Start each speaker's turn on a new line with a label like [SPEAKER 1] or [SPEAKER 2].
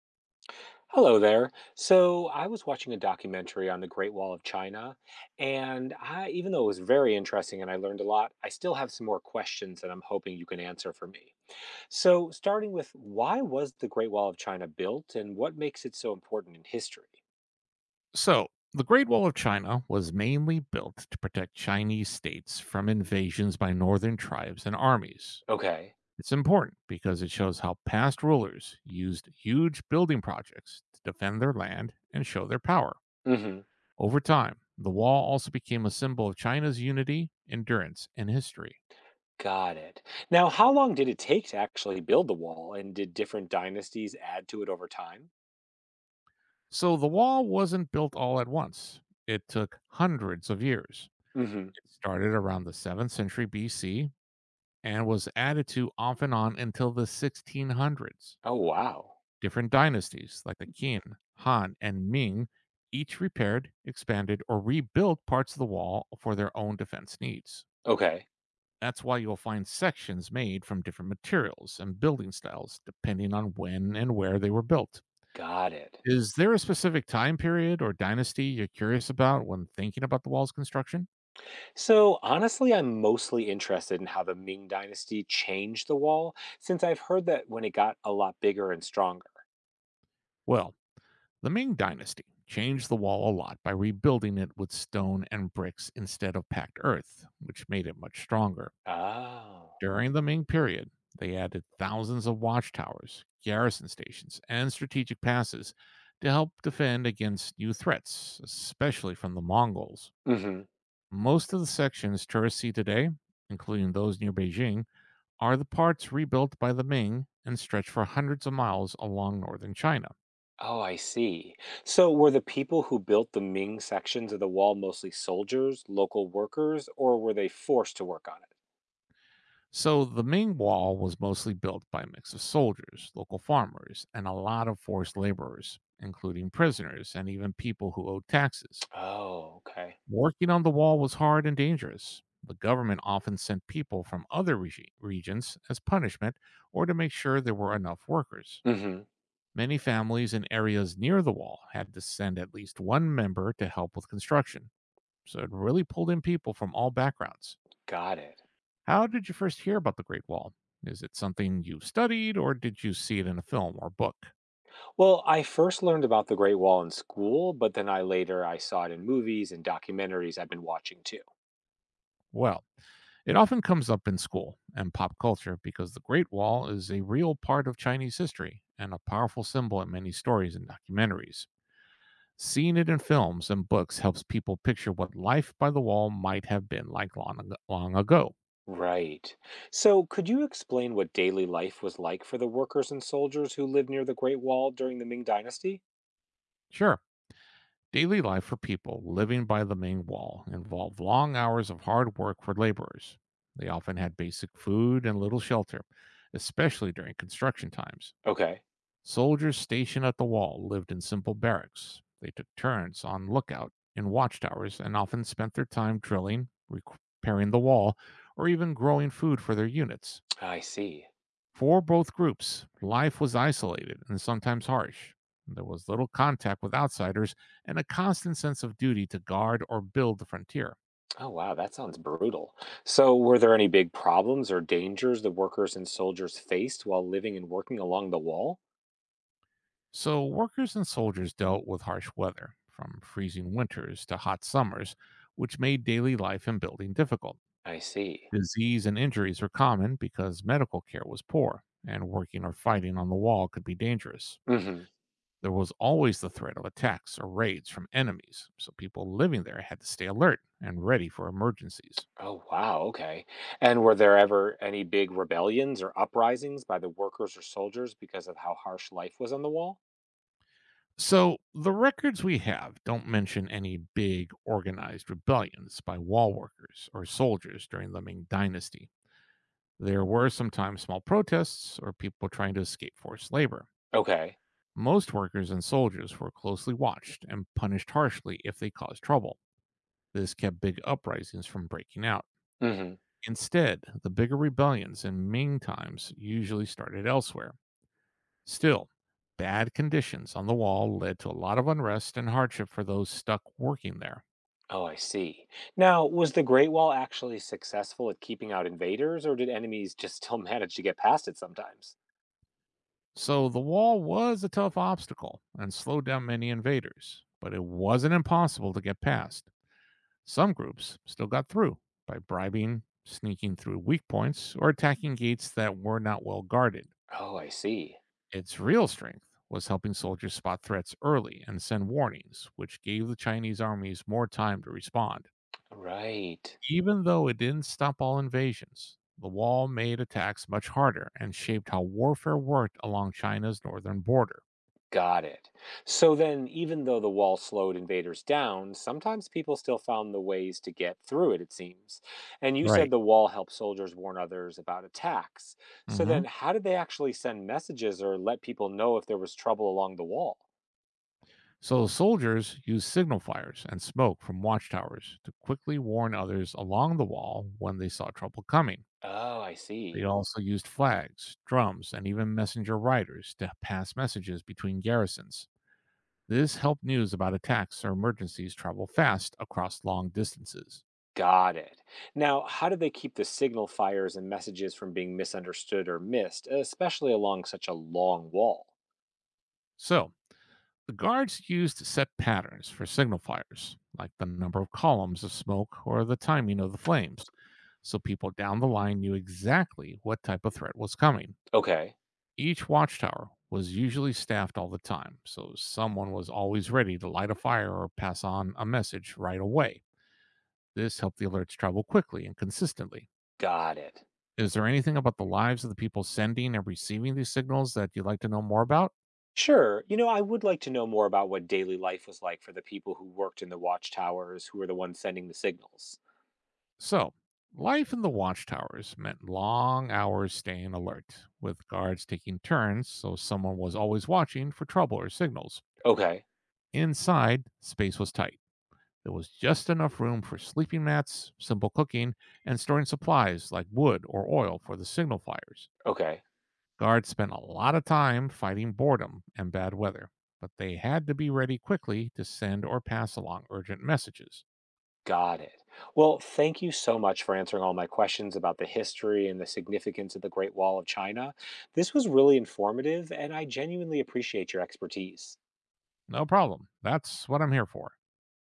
[SPEAKER 1] Hello there. So I was watching a documentary on the Great Wall of China, and even though it was very interesting and I learned a lot, I still have some more questions that I'm hoping you can answer for me. So, starting with why was the Great Wall of China built and what makes it so important in history?
[SPEAKER 2] So, the Great Wall of China was mainly built to protect Chinese states from invasions by northern tribes and armies.
[SPEAKER 1] Okay.
[SPEAKER 2] It's important because it shows how past rulers used huge building projects to defend their land and show their power.
[SPEAKER 1] Mm-hmm.
[SPEAKER 2] Over time, the wall also became a symbol of China's unity, endurance, and history.
[SPEAKER 1] Got it. Now, how long did it take to actually build the wall, and did different dynasties add to it over time?
[SPEAKER 2] So, the wall wasn't built all at once, it took hundreds of years.
[SPEAKER 1] Mm-hmm.
[SPEAKER 2] It started around the 7th century BC and was added to off and on until the 1600s.
[SPEAKER 1] Oh, wow.
[SPEAKER 2] Different dynasties like the Qin, Han, and Ming each repaired, expanded, or rebuilt parts of the wall for their own defense needs.
[SPEAKER 1] Okay.
[SPEAKER 2] That's why you'll find sections made from different materials and building styles depending on when and where they were built.
[SPEAKER 1] Got it.
[SPEAKER 2] Is there a specific time period or dynasty you're curious about when thinking about the wall's construction?
[SPEAKER 1] So, honestly, I'm mostly interested in how the Ming Dynasty changed the wall, since I've heard that when it got a lot bigger and stronger.
[SPEAKER 2] Well, the Ming Dynasty changed the wall a lot by rebuilding it with stone and bricks instead of packed earth, which made it much stronger.
[SPEAKER 1] Oh.
[SPEAKER 2] During the Ming period, they added thousands of watchtowers, garrison stations, and strategic passes to help defend against new threats, especially from the Mongols.
[SPEAKER 1] Hmm.
[SPEAKER 2] Most of the sections tourists see today, including those near Beijing, are the parts rebuilt by the Ming and stretch for hundreds of miles along northern China.
[SPEAKER 1] Oh, I see. So, were the people who built the Ming sections of the wall mostly soldiers, local workers, or were they forced to work on it?
[SPEAKER 2] So the Ming Wall was mostly built by a mix of soldiers, local farmers, and a lot of forced laborers, including prisoners and even people who owed taxes.
[SPEAKER 1] Oh, okay.
[SPEAKER 2] Working on the wall was hard and dangerous. The government often sent people from other regions as punishment or to make sure there were enough workers.
[SPEAKER 1] Hmm.
[SPEAKER 2] Many families in areas near the wall had to send at least one member to help with construction, so it really pulled in people from all backgrounds.
[SPEAKER 1] Got it.
[SPEAKER 2] How did you first hear about the Great Wall? Is it something you studied, or did you see it in a film or book?
[SPEAKER 1] Well, I first learned about the Great Wall in school, but then I later I saw it in movies and documentaries I've been watching too.
[SPEAKER 2] Well, it often comes up in school and pop culture because the Great Wall is a real part of Chinese history and a powerful symbol in many stories and documentaries. Seeing it in films and books helps people picture what life by the wall might have been like long ago.
[SPEAKER 1] Right. So, could you explain what daily life was like for the workers and soldiers who lived near the Great Wall during the Ming Dynasty?
[SPEAKER 2] Sure, daily life for people living by the Ming Wall involved long hours of hard work for laborers. They often had basic food and little shelter, especially during construction times.
[SPEAKER 1] Okay.
[SPEAKER 2] Soldiers stationed at the wall lived in simple barracks. They took turns on lookout in watchtowers and often spent their time drilling, repairing the wall, or even growing food for their units.
[SPEAKER 1] I see.
[SPEAKER 2] For both groups, life was isolated and sometimes harsh. There was little contact with outsiders and a constant sense of duty to guard or build the frontier.
[SPEAKER 1] Oh, wow, that sounds brutal. So, were there any big problems or dangers the workers and soldiers faced while living and working along the wall?
[SPEAKER 2] So, workers and soldiers dealt with harsh weather, from freezing winters to hot summers, which made daily life and building difficult.
[SPEAKER 1] I see.
[SPEAKER 2] Disease and injuries were common because medical care was poor, and working or fighting on the wall could be dangerous.
[SPEAKER 1] Hmm.
[SPEAKER 2] There was always the threat of attacks or raids from enemies, so people living there had to stay alert and ready for emergencies.
[SPEAKER 1] Oh, wow, okay. And were there ever any big rebellions or uprisings by the workers or soldiers because of how harsh life was on the wall?
[SPEAKER 2] So, the records we have don't mention any big organized rebellions by wall workers or soldiers during the Ming Dynasty. There were sometimes small protests or people trying to escape forced labor.
[SPEAKER 1] Okay.
[SPEAKER 2] Most workers and soldiers were closely watched and punished harshly if they caused trouble. This kept big uprisings from breaking out. Instead, the bigger rebellions in Ming times usually started elsewhere. Still, bad conditions on the wall led to a lot of unrest and hardship for those stuck working there.
[SPEAKER 1] Oh, I see. Now, was the Great Wall actually successful at keeping out invaders, or did enemies just still manage to get past it sometimes?
[SPEAKER 2] So the wall was a tough obstacle and slowed down many invaders, but it wasn't impossible to get past. Some groups still got through by bribing, sneaking through weak points, or attacking gates that were not well guarded.
[SPEAKER 1] Oh, I see.
[SPEAKER 2] Its real strength was helping soldiers spot threats early and send warnings, which gave the Chinese armies more time to respond.
[SPEAKER 1] Right.
[SPEAKER 2] Even though it didn't stop all invasions, the wall made attacks much harder and shaped how warfare worked along China's northern border.
[SPEAKER 1] Got it. So then, even though the wall slowed invaders down, sometimes people still found the ways to get through it, it seems. And you said
[SPEAKER 2] Right.
[SPEAKER 1] the wall helped soldiers warn others about attacks. So
[SPEAKER 2] Hmm.
[SPEAKER 1] then, how did they actually send messages or let people know if there was trouble along the wall?
[SPEAKER 2] So the soldiers used signal fires and smoke from watchtowers to quickly warn others along the wall when they saw trouble coming.
[SPEAKER 1] Oh, I
[SPEAKER 2] They
[SPEAKER 1] see.
[SPEAKER 2] also used flags, drums, and even messenger riders to pass messages between garrisons. This helped news about attacks or emergencies travel fast across long distances.
[SPEAKER 1] Got it. Now, how do they keep the signal fires and messages from being misunderstood or missed, especially along such a long wall?
[SPEAKER 2] So, the guards used set patterns for signal fires, like the number of columns of smoke or the timing of the flames, so people down the line knew exactly what type of threat was coming.
[SPEAKER 1] Okay,
[SPEAKER 2] Each watchtower was usually staffed all the time, so someone was always ready to light a fire or pass on a message right away. This helped the alerts travel quickly and consistently.
[SPEAKER 1] got it.
[SPEAKER 2] Is there anything about the lives of the people sending and receiving these signals that you'd like to know more about?
[SPEAKER 1] Sure, I would like to know more about what daily life was like for the people who worked in the watchtowers, who were the ones sending the signals.
[SPEAKER 2] So, life in the watchtowers meant long hours staying alert, with guards taking turns so someone was always watching for trouble or signals.
[SPEAKER 1] Okay,
[SPEAKER 2] Inside, space was tight. There was just enough room for sleeping mats, simple cooking, and storing supplies like wood or oil for the signal fires.
[SPEAKER 1] okay,
[SPEAKER 2] Guards spent a lot of time fighting boredom and bad weather, but they had to be ready quickly to send or pass along urgent messages.
[SPEAKER 1] got it. Well, thank you so much for answering all my questions about the history and the significance of the Great Wall of China. This was really informative, and I genuinely appreciate your expertise.
[SPEAKER 2] No problem. That's what I'm here for.